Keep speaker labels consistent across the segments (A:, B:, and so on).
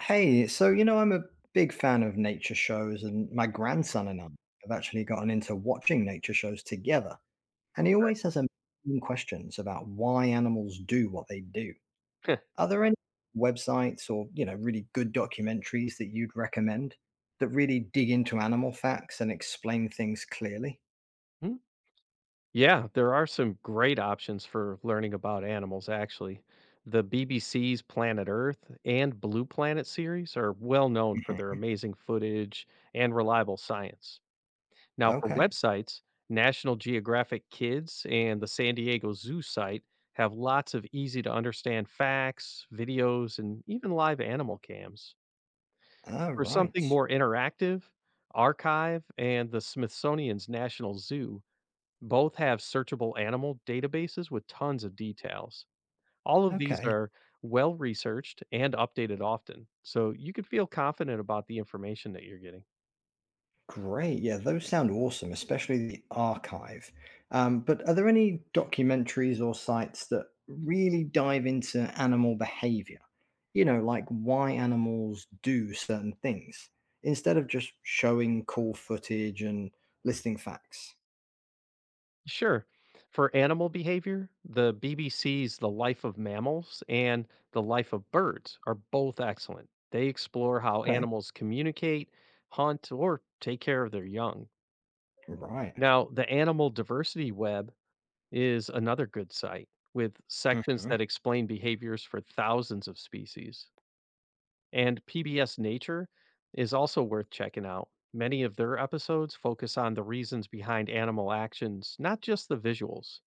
A: Hey, so I'm a big fan of nature shows, and my grandson and I have actually gotten into watching nature shows together. And he always has a million questions about why animals do what they do.
B: Heh.
A: Are there any websites or really good documentaries that you'd recommend that really dig into animal facts and explain things clearly?
B: Hmm. Yeah, there are some great options for learning about animals, actually. The BBC's Planet Earth and Blue Planet series are well known for their
A: Mhm.
B: amazing footage and reliable science. Now, for
A: Okay.
B: websites, National Geographic Kids and the San Diego Zoo site have lots of easy to understand facts, videos, and even live animal cams.
A: All
B: For something
A: right.
B: more interactive, Archive and the Smithsonian's National Zoo both have searchable animal databases with tons of details. All of these
A: Okay.
B: are well researched and updated often, so you can feel confident about the information that you're getting.
A: Great. Yeah, those sound awesome, especially the archive. But are there any documentaries or sites that really dive into animal behavior? Like why animals do certain things, instead of just showing cool footage and listing facts.
B: Sure. For animal behavior, the BBC's The Life of Mammals and The Life of Birds are both excellent. They explore how
A: Okay.
B: animals communicate, hunt, or take care of their young.
A: Right.
B: Now, the Animal Diversity Web is another good site with sections
A: Hmm.
B: that explain behaviors for thousands of species. And PBS Nature is also worth checking out. Many of their episodes focus on the reasons behind animal actions, not just the visuals.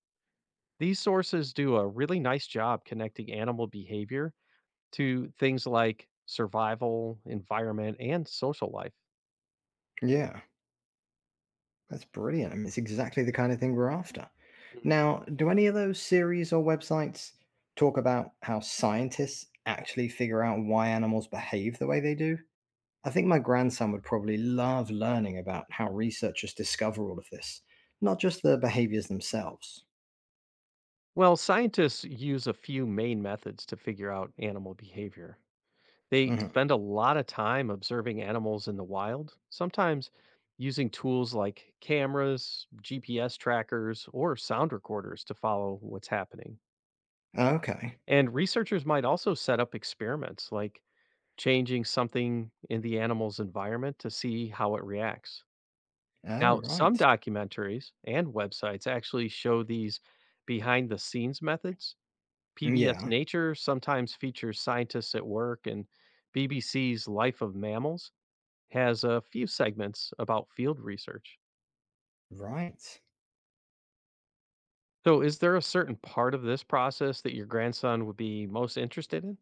B: These sources do a really nice job connecting animal behavior to things like survival, environment, and social life.
A: Yeah. That's brilliant. I mean, it's exactly the kind of thing we're after.
B: Mhm.
A: Now, do any of those series or websites talk about how scientists actually figure out why animals behave the way they do? I think my grandson would probably love learning about how researchers discover all of this, not just the behaviors themselves.
B: Well, scientists use a few main methods to figure out animal behavior. They
A: Hmm.
B: spend a lot of time observing animals in the wild, sometimes using tools like cameras, GPS trackers, or sound recorders to follow what's happening.
A: Okay.
B: And researchers might also set up experiments like changing something in the animal's environment to see how it reacts.
A: Oh,
B: Now, some
A: right.
B: documentaries and websites actually show these behind the scenes methods. PBS
A: Yeah,
B: Nature sometimes features scientists at work, and BBC's Life of Mammals has a few segments about field research.
A: right.
B: So, is there a certain part of this process that your grandson would be most interested in?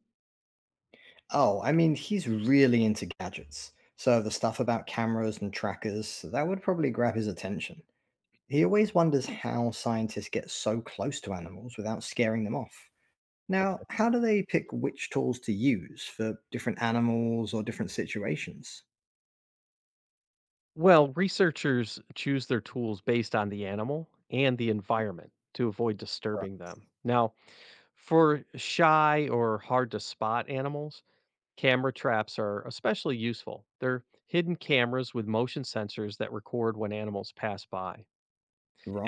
A: Oh, I mean, he's really into gadgets. So the stuff about cameras and trackers, that would probably grab his attention. He always wonders how scientists get so close to animals without scaring them off.
B: Gotcha.
A: Now, how do they pick which tools to use for different animals or different situations?
B: Well, researchers choose their tools based on the animal and the environment to avoid
A: Right,
B: disturbing them. Now, for shy or hard to spot animals, camera traps are especially useful. They're hidden cameras with motion sensors that record when animals pass by.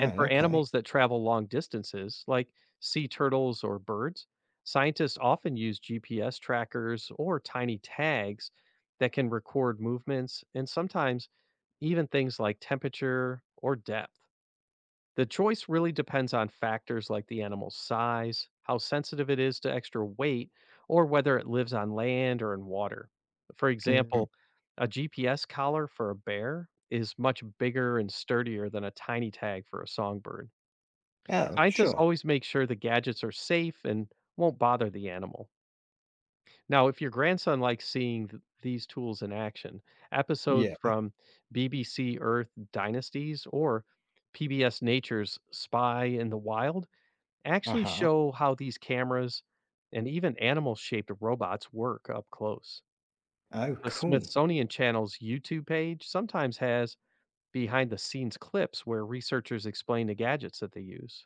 B: And for
A: okay.
B: animals that travel long distances, like sea turtles or birds, scientists often use GPS trackers or tiny tags that can record movements and sometimes even things like temperature or depth. The choice really depends on factors like the animal's size, how sensitive it is to extra weight, or whether it lives on land or in water. For
A: Mhm.
B: example, a GPS collar for a bear is much bigger and sturdier than a tiny tag for a songbird.
A: Oh,
B: Scientists
A: sure.
B: always make sure the gadgets are safe and won't bother the animal. Now, if your grandson likes seeing these tools in action, episodes
A: Yeah.
B: from BBC Earth Dynasties or PBS Nature's Spy in the Wild actually
A: Uh-huh.
B: show how these cameras and even animal shaped robots work up close.
A: Oh,
B: The
A: cool.
B: Smithsonian Channel's YouTube page sometimes has behind the scenes clips where researchers explain the gadgets that they use.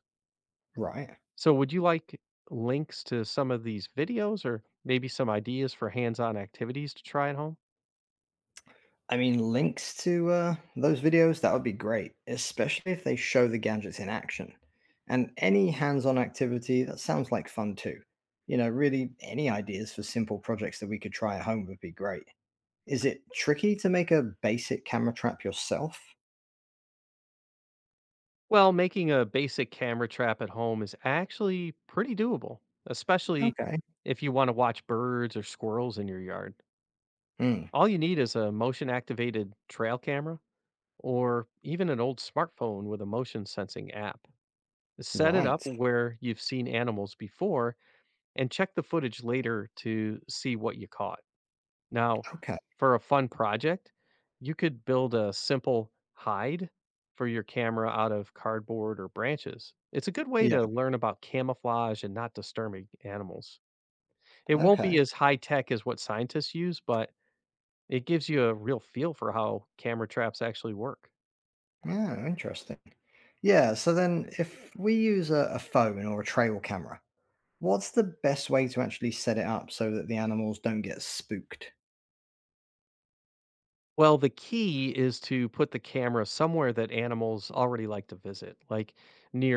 A: Right.
B: So, would you like links to some of these videos or maybe some ideas for hands on activities to try at home?
A: I mean, links to those videos, that would be great, especially if they show the gadgets in action. And any hands on activity, that sounds like fun too. Any ideas for simple projects that we could try at home would be great. Is it tricky to make a basic camera trap yourself?
B: Well, making a basic camera trap at home is actually pretty doable, especially
A: Okay.
B: if you want to watch birds or squirrels in your yard.
A: Mm,
B: All you need is a motion activated trail camera or even an old smartphone with a motion sensing app. Set it up
A: right.
B: where you've seen animals before and check the footage later to see what you caught. Now,
A: Okay.
B: for a fun project, you could build a simple hide for your camera out of cardboard or branches. It's a good way
A: Yeah.
B: to learn about camouflage and not disturbing animals. It won't be
A: Okay.
B: as high tech as what scientists use, but it gives you a real feel for how camera traps actually work.
A: Yeah, interesting. Yeah, so then if we use a phone or a trail camera, what's the best way to actually set it up so that the animals don't get spooked?
B: Well, the key is to put the camera somewhere that animals already like to visit, like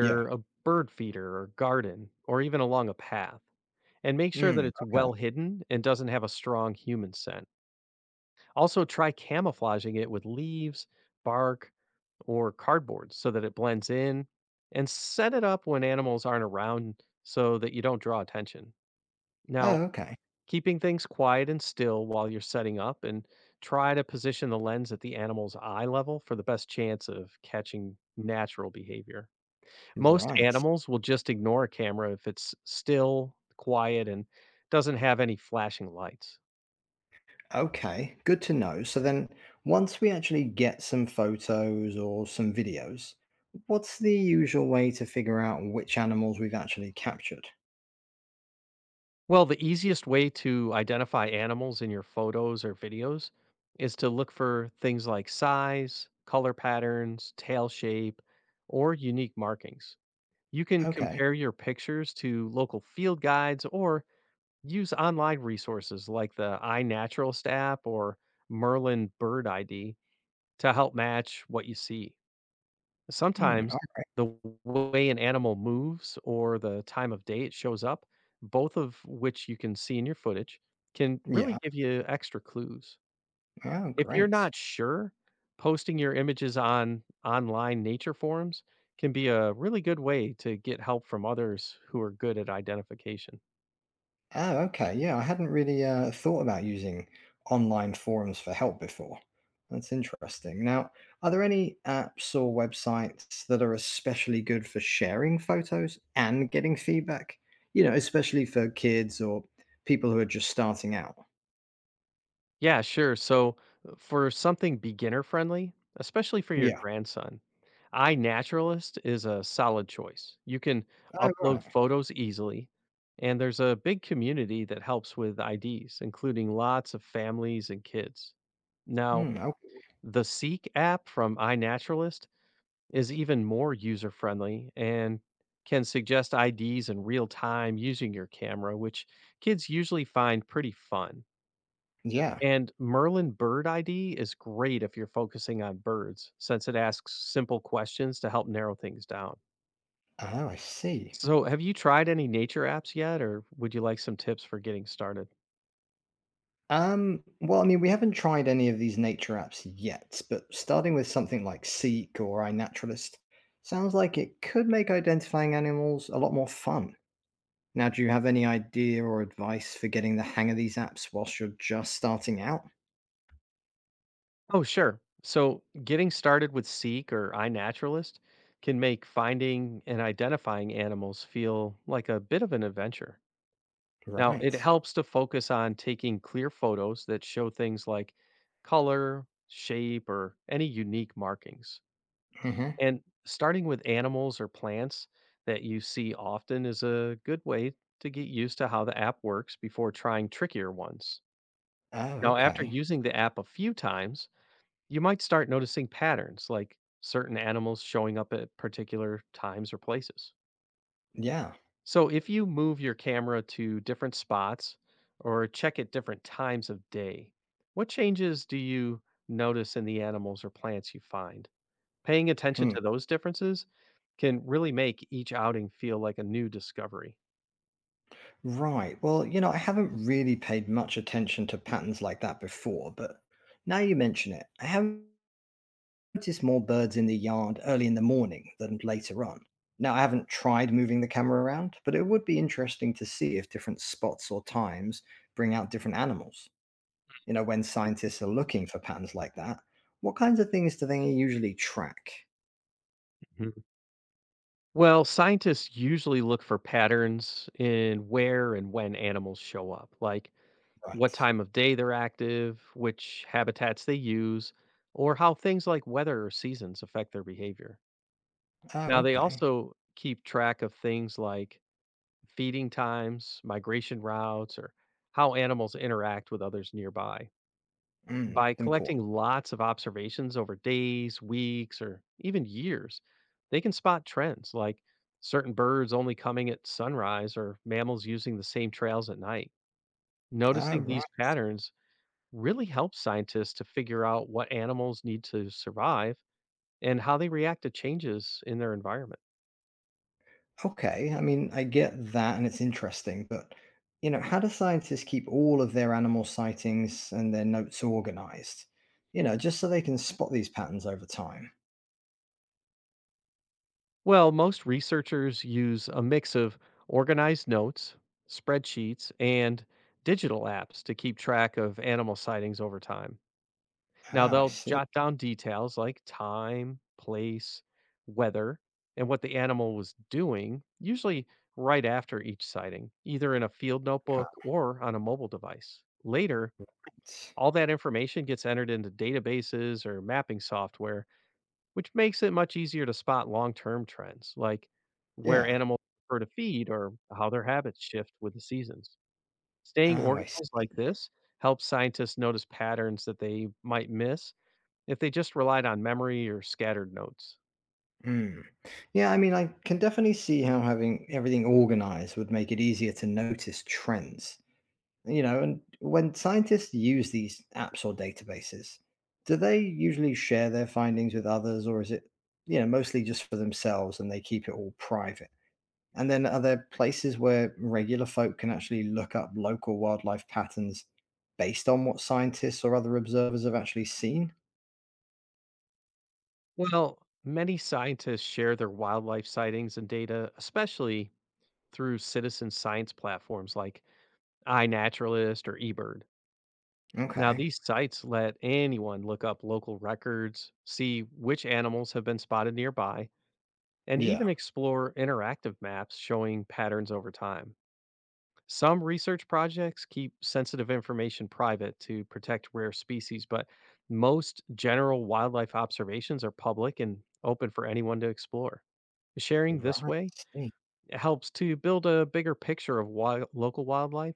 A: Yeah.
B: a bird feeder or garden, or even along a path. And make sure that
A: Mm,
B: it's
A: okay.
B: well hidden and doesn't have a strong human scent. Also, try camouflaging it with leaves, bark, or cardboard so that it blends in. And set it up when animals aren't around so that you don't draw attention. Now,
A: Oh, okay.
B: keeping things quiet and still while you're setting up, and try to position the lens at the animal's eye level for the best chance of catching natural behavior. Most
A: Right.
B: animals will just ignore a camera if it's still, quiet, and doesn't have any flashing lights.
A: Okay, good to know. So then, once we actually get some photos or some videos, what's the usual way to figure out which animals we've actually captured?
B: Well, the easiest way to identify animals in your photos or videos is to look for things like size, color patterns, tail shape, or unique markings. You can
A: Okay.
B: compare your pictures to local field guides or use online resources like the iNaturalist app or Merlin Bird ID to help match what you see.
A: Hmm.
B: Sometimes the way an animal moves or the time of day it shows up, both of which you can see in your footage, can really
A: Yeah.
B: give you extra clues.
A: Oh,
B: If you're
A: great.
B: not sure, posting your images on online nature forums can be a really good way to get help from others who are good at identification.
A: Oh, okay. Yeah, I hadn't really thought about using online forums for help before. That's interesting. Now, are there any apps or websites that are especially good for sharing photos and getting feedback? Especially for kids or people who are just starting out.
B: Yeah, sure. So, for something beginner friendly, especially for your
A: Yeah.
B: grandson, iNaturalist is a solid choice. You can
A: Oh,
B: upload
A: right.
B: photos easily, and there's a big community that helps with IDs, including lots of families and kids. Now,
A: Hmm. Oh,
B: the Seek app from iNaturalist is even more user friendly and can suggest IDs in real time using your camera, which kids usually find pretty fun.
A: yeah.
B: And Merlin Bird ID is great if you're focusing on birds, since it asks simple questions to help narrow things down.
A: Oh, I see.
B: So, have you tried any nature apps yet, or would you like some tips for getting started?
A: Well, I mean, we haven't tried any of these nature apps yet, but starting with something like Seek or iNaturalist sounds like it could make identifying animals a lot more fun. Now, do you have any idea or advice for getting the hang of these apps whilst you're just starting out?
B: Oh, sure. So, getting started with Seek or iNaturalist can make finding and identifying animals feel like a bit of an adventure. Now, it
A: Right.
B: helps to focus on taking clear photos that show things like color, shape, or any unique markings.
A: Mm-hmm.
B: And starting with animals or plants that you see often is a good way to get used to how the app works before trying trickier ones.
A: Oh,
B: Now, after
A: okay.
B: using the app a few times, you might start noticing patterns like certain animals showing up at particular times or places.
A: Yeah.
B: So if you move your camera to different spots or check at different times of day, what changes do you notice in the animals or plants you find? Paying attention
A: Hmm.
B: to those differences can really make each outing feel like a new discovery.
A: Right. Well, I haven't really paid much attention to patterns like that before, but now you mention it, I haven't notice more birds in the yard early in the morning than later on. Now, I haven't tried moving the camera around, but it would be interesting to see if different spots or times bring out different animals. When scientists are looking for patterns like that, what kinds of things do they usually track?
B: Mhm. Well, scientists usually look for patterns in where and when animals show up, like what
A: Right.
B: time of day they're active, which habitats they use, or how things like weather or seasons affect their behavior.
A: Oh,
B: Now they
A: okay.
B: also keep track of things like feeding times, migration routes, or how animals interact with others nearby.
A: Mm,
B: By collecting
A: important.
B: lots of observations over days, weeks, or even years, they can spot trends like certain birds only coming at sunrise or mammals using the same trails at night.
A: Oh,
B: Noticing
A: right.
B: these patterns really helps scientists to figure out what animals need to survive and how they react to changes in their environment.
A: Okay, I mean, I get that and it's interesting, but how do scientists keep all of their animal sightings and their notes organized? Just so they can spot these patterns over time.
B: Well, most researchers use a mix of organized notes, spreadsheets, and digital apps to keep track of animal sightings over time. Now,
A: Oh, I
B: they'll
A: see.
B: jot down details like time, place, weather, and what the animal was doing, usually right after each sighting, either in a field notebook or on a mobile device. Later,
A: Right.
B: all that information gets entered into databases or mapping software which makes it much easier to spot long-term trends like where
A: Yeah.
B: animals prefer to feed or how their habits shift with the seasons. Staying
A: Oh, I
B: organized
A: see.
B: like this helps scientists notice patterns that they might miss if they just relied on memory or scattered notes.
A: Mm. Yeah, I mean, I can definitely see how having everything organized would make it easier to notice trends. You know, and when scientists use these apps or databases, do they usually share their findings with others, or is it mostly just for themselves and they keep it all private? And then are there places where regular folk can actually look up local wildlife patterns based on what scientists or other observers have actually seen?
B: Well, many scientists share their wildlife sightings and data, especially through citizen science platforms like iNaturalist or eBird. Now,
A: Okay.
B: these sites let anyone look up local records, see which animals have been spotted nearby, and
A: Yeah.
B: even explore interactive maps showing patterns over time. Some research projects keep sensitive information private to protect rare species, but most general wildlife observations are public and open for anyone to explore. Sharing
A: Right.
B: this
A: I
B: way
A: see.
B: helps to build a bigger picture of wild, local wildlife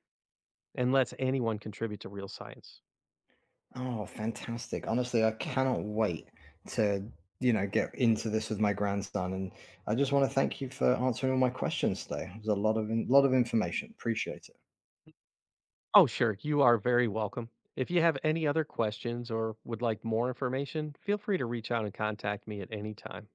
B: and lets anyone contribute to real science.
A: Oh, fantastic. Honestly, I cannot wait to get into this with my grandson. And I just want to thank you for answering all my questions today. It was a lot of information. Appreciate it.
B: Oh, sure. You are very welcome. If you have any other questions or would like more information, feel free to reach out and contact me at any time.